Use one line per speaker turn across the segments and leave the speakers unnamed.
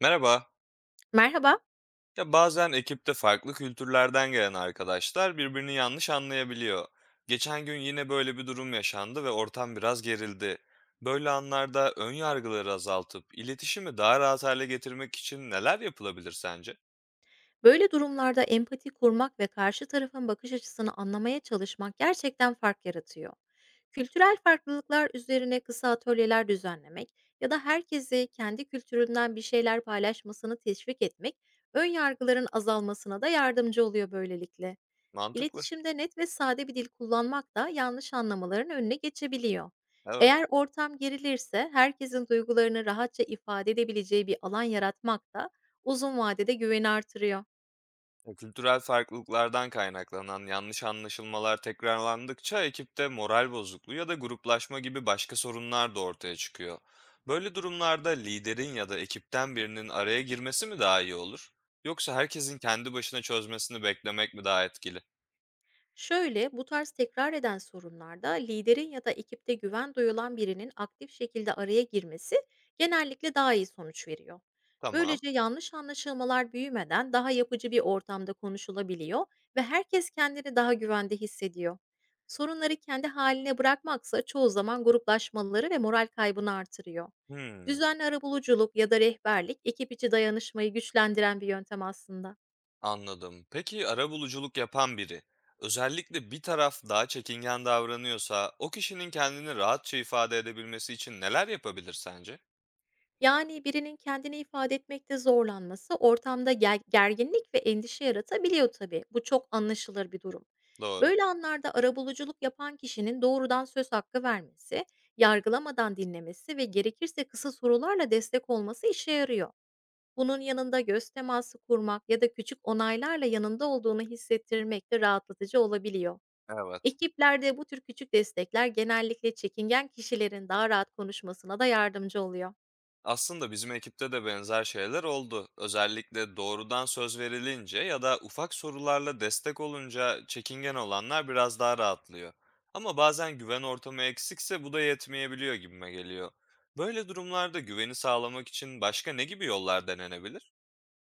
Merhaba.
Merhaba.
Ya bazen ekipte farklı kültürlerden gelen arkadaşlar birbirini yanlış anlayabiliyor. Geçen gün yine böyle bir durum yaşandı ve ortam biraz gerildi. Böyle anlarda ön yargıları azaltıp iletişimi daha rahat hale getirmek için neler yapılabilir sence?
Böyle durumlarda empati kurmak ve karşı tarafın bakış açısını anlamaya çalışmak gerçekten fark yaratıyor. Kültürel farklılıklar üzerine kısa atölyeler düzenlemek ya da herkesi kendi kültüründen bir şeyler paylaşmasını teşvik etmek ön yargıların azalmasına da yardımcı oluyor böylelikle.
Mantıklı.
İletişimde net ve sade bir dil kullanmak da yanlış anlamaların önüne geçebiliyor.
Evet.
Eğer ortam gerilirse herkesin duygularını rahatça ifade edebileceği bir alan yaratmak da uzun vadede güveni artırıyor.
Kültürel farklılıklardan kaynaklanan yanlış anlaşılmalar tekrarlandıkça ekipte moral bozukluğu ya da gruplaşma gibi başka sorunlar da ortaya çıkıyor. Böyle durumlarda liderin ya da ekipten birinin araya girmesi mi daha iyi olur? Yoksa herkesin kendi başına çözmesini beklemek mi daha etkili?
Şöyle, bu tarz tekrar eden sorunlarda liderin ya da ekipte güven duyulan birinin aktif şekilde araya girmesi genellikle daha iyi sonuç veriyor.
Tamam.
Böylece yanlış anlaşılmalar büyümeden daha yapıcı bir ortamda konuşulabiliyor ve herkes kendini daha güvende hissediyor. Sorunları kendi haline bırakmaksa çoğu zaman gruplaşmaları ve moral kaybını artırıyor.
Hmm,
Düzenli arabuluculuk ya da rehberlik ekip içi dayanışmayı güçlendiren bir yöntem aslında.
anladım. Peki arabuluculuk yapan biri, özellikle bir taraf daha çekingen davranıyorsa, o kişinin kendini rahatça ifade edebilmesi için neler yapabilir sence?
Yani, birinin kendini ifade etmekte zorlanması ortamda gerginlik ve endişe yaratabiliyor tabii. Bu çok anlaşılır bir durum.
Doğru.
Böyle anlarda arabuluculuk yapan kişinin doğrudan söz hakkı vermesi, yargılamadan dinlemesi ve gerekirse kısa sorularla destek olması işe yarıyor. Bunun yanında göz teması kurmak ya da küçük onaylarla yanında olduğunu hissettirmek de rahatlatıcı olabiliyor.
Evet.
Ekiplerde bu tür küçük destekler genellikle çekingen kişilerin daha rahat konuşmasına da yardımcı oluyor.
Aslında bizim ekipte de benzer şeyler oldu. Özellikle doğrudan söz verilince ya da ufak sorularla destek olunca çekingen olanlar biraz daha rahatlıyor. Ama bazen güven ortamı eksikse bu da yetmeyebiliyor gibime geliyor. Böyle durumlarda güveni sağlamak için başka ne gibi yollar denenebilir?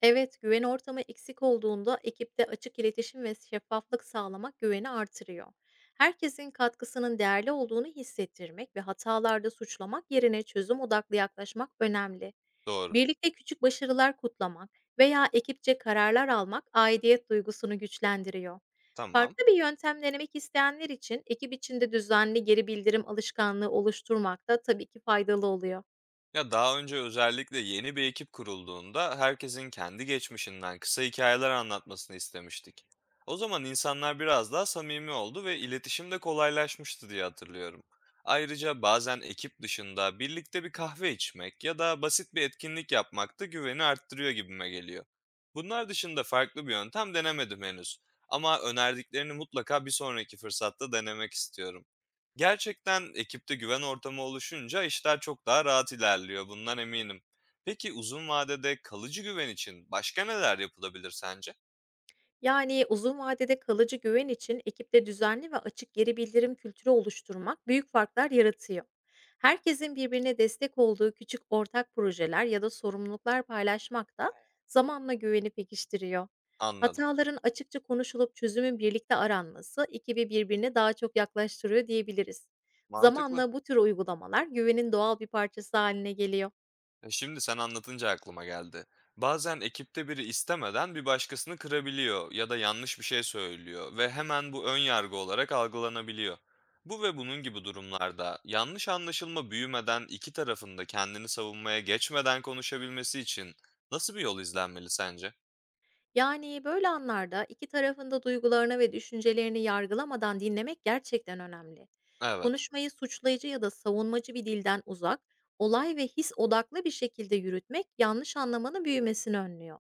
Evet, güven ortamı eksik olduğunda ekipte açık iletişim ve şeffaflık sağlamak güveni artırıyor. Herkesin katkısının değerli olduğunu hissettirmek ve hatalarda suçlamak yerine çözüm odaklı yaklaşmak önemli.
Doğru.
Birlikte küçük başarılar kutlamak veya ekipçe kararlar almak aidiyet duygusunu güçlendiriyor.
Tamam.
Farklı bir yöntem denemek isteyenler için ekip içinde düzenli geri bildirim alışkanlığı oluşturmak da tabii ki faydalı oluyor.
Ya daha önce özellikle yeni bir ekip kurulduğunda herkesin kendi geçmişinden kısa hikayeler anlatmasını istemiştik. O zaman insanlar biraz daha samimi oldu ve iletişim de kolaylaşmıştı diye hatırlıyorum. Ayrıca bazen ekip dışında birlikte bir kahve içmek ya da basit bir etkinlik yapmak da güveni arttırıyor gibime geliyor. Bunlar dışında farklı bir yöntem denemedim henüz. Ama önerdiklerini mutlaka bir sonraki fırsatta denemek istiyorum. Gerçekten ekipte güven ortamı oluşunca işler çok daha rahat ilerliyor, bundan eminim. Peki uzun vadede kalıcı güven için başka neler yapılabilir sence?
Yani uzun vadede kalıcı güven için ekipte düzenli ve açık geri bildirim kültürü oluşturmak büyük farklar yaratıyor. Herkesin birbirine destek olduğu küçük ortak projeler ya da sorumluluklar paylaşmak da zamanla güveni pekiştiriyor.
Anladım.
Hataların açıkça konuşulup çözümün birlikte aranması ekibi birbirine daha çok yaklaştırıyor diyebiliriz.
Mantıklı.
Zamanla bu tür uygulamalar güvenin doğal bir parçası haline geliyor.
Şimdi sen anlatınca aklıma geldi. Bazen ekipte biri istemeden bir başkasını kırabiliyor ya da yanlış bir şey söylüyor ve hemen bu ön yargı olarak algılanabiliyor. Bu ve bunun gibi durumlarda yanlış anlaşılma büyümeden iki tarafın da kendini savunmaya geçmeden konuşabilmesi için nasıl bir yol izlenmeli sence?
Yani, böyle anlarda 2 tarafında duygularını ve düşüncelerini yargılamadan dinlemek gerçekten önemli.
Evet,
Konuşmayı suçlayıcı ya da savunmacı bir dilden uzak, olay ve his odaklı bir şekilde yürütmek yanlış anlamanın büyümesini önlüyor.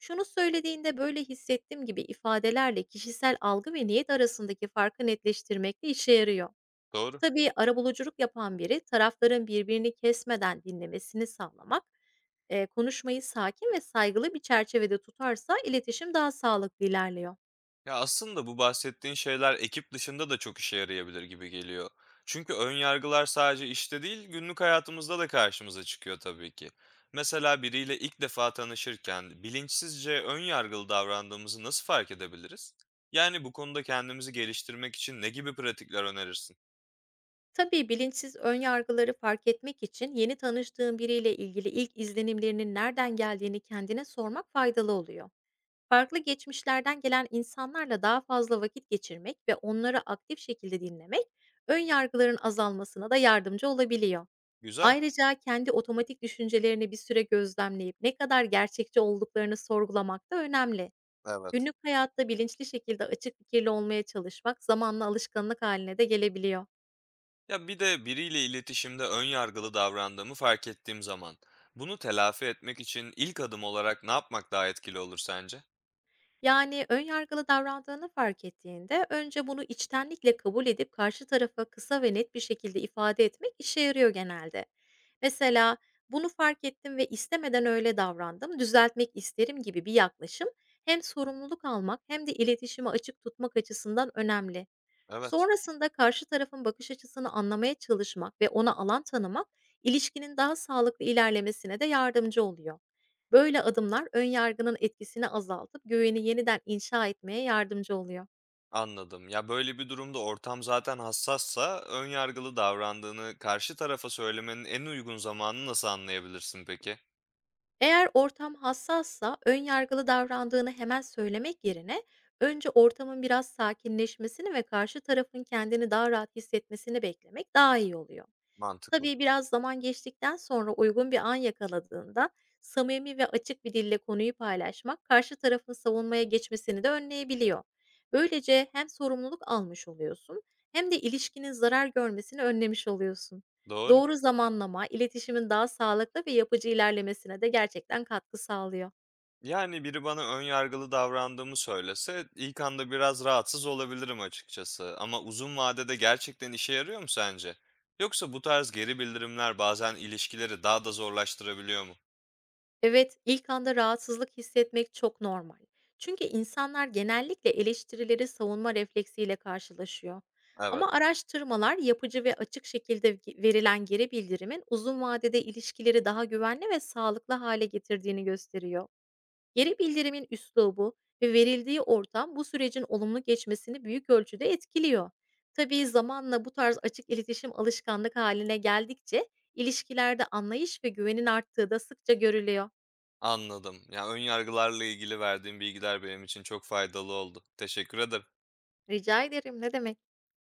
"Şunu söylediğinde böyle hissettim." gibi ifadelerle kişisel algı ve niyet arasındaki farkı netleştirmek işe yarıyor.
doğru.
Tabii, arabuluculuk yapan biri tarafların birbirini kesmeden dinlemesini sağlamak, konuşmayı sakin ve saygılı bir çerçevede tutarsa iletişim daha sağlıklı ilerliyor.
Ya, aslında bu bahsettiğin şeyler ekip dışında da çok işe yarayabilir gibi geliyor. Çünkü ön yargılar sadece işte değil, günlük hayatımızda da karşımıza çıkıyor tabii ki. Mesela biriyle ilk defa tanışırken bilinçsizce ön yargılı davrandığımızı nasıl fark edebiliriz? Yani bu konuda kendimizi geliştirmek için ne gibi pratikler önerirsin?
Tabii, bilinçsiz ön yargıları fark etmek için yeni tanıştığın biriyle ilgili ilk izlenimlerinin nereden geldiğini kendine sormak faydalı oluyor. Farklı geçmişlerden gelen insanlarla daha fazla vakit geçirmek ve onları aktif şekilde dinlemek, ön yargıların azalmasına da yardımcı olabiliyor.
Güzel.
Ayrıca kendi otomatik düşüncelerini bir süre gözlemleyip ne kadar gerçekçi olduklarını sorgulamak da önemli.
Evet.
Günlük hayatta bilinçli şekilde açık fikirli olmaya çalışmak zamanla alışkanlık haline de gelebiliyor.
Ya bir de biriyle iletişimde ön yargılı davrandığımı fark ettiğim zaman bunu telafi etmek için ilk adım olarak ne yapmak daha etkili olur sence?
Yani ön yargılı davrandığını fark ettiğinde önce bunu içtenlikle kabul edip karşı tarafa kısa ve net bir şekilde ifade etmek işe yarıyor genelde. Mesela bunu fark ettim ve istemeden öyle davrandım, düzeltmek isterim gibi bir yaklaşım hem sorumluluk almak hem de iletişimi açık tutmak açısından önemli.
Evet,
Sonrasında karşı tarafın bakış açısını anlamaya çalışmak ve ona alan tanımak, ilişkinin daha sağlıklı ilerlemesine de yardımcı oluyor. Böyle adımlar ön yargının etkisini azaltıp güveni yeniden inşa etmeye yardımcı oluyor.
anladım. Ya, böyle bir durumda ortam zaten hassassa ön yargılı davrandığını karşı tarafa söylemenin en uygun zamanını nasıl anlayabilirsin peki?
Eğer ortam hassassa, ön yargılı davrandığını hemen söylemek yerine önce ortamın biraz sakinleşmesini ve karşı tarafın kendini daha rahat hissetmesini beklemek daha iyi oluyor.
Mantıklı.
Tabii, biraz zaman geçtikten sonra uygun bir an yakaladığında samimi ve açık bir dille konuyu paylaşmak karşı tarafın savunmaya geçmesini de önleyebiliyor. Böylece hem sorumluluk almış oluyorsun hem de ilişkinin zarar görmesini önlemiş oluyorsun.
Doğru.
Doğru zamanlama, iletişimin daha sağlıklı ve yapıcı ilerlemesine de gerçekten katkı sağlıyor.
Yani biri bana ön yargılı davrandığımı söylese ilk anda biraz rahatsız olabilirim açıkçası. Ama uzun vadede gerçekten işe yarıyor mu sence? Yoksa bu tarz geri bildirimler bazen ilişkileri daha da zorlaştırabiliyor mu?
Evet, ilk anda rahatsızlık hissetmek çok normal. Çünkü insanlar genellikle eleştirileri savunma refleksiyle karşılaşıyor.
Evet,
Ama araştırmalar yapıcı ve açık şekilde verilen geri bildirimin uzun vadede ilişkileri daha güvenli ve sağlıklı hale getirdiğini gösteriyor. Geri bildirimin üslubu ve verildiği ortam bu sürecin olumlu geçmesini büyük ölçüde etkiliyor. Tabii zamanla bu tarz açık iletişim alışkanlık haline geldikçe ilişkilerde anlayış ve güvenin arttığı da sıkça görülüyor.
anladım. Ya ön yargılarla ilgili verdiğin bilgiler benim için çok faydalı oldu. Teşekkür ederim.
Rica ederim, ne demek.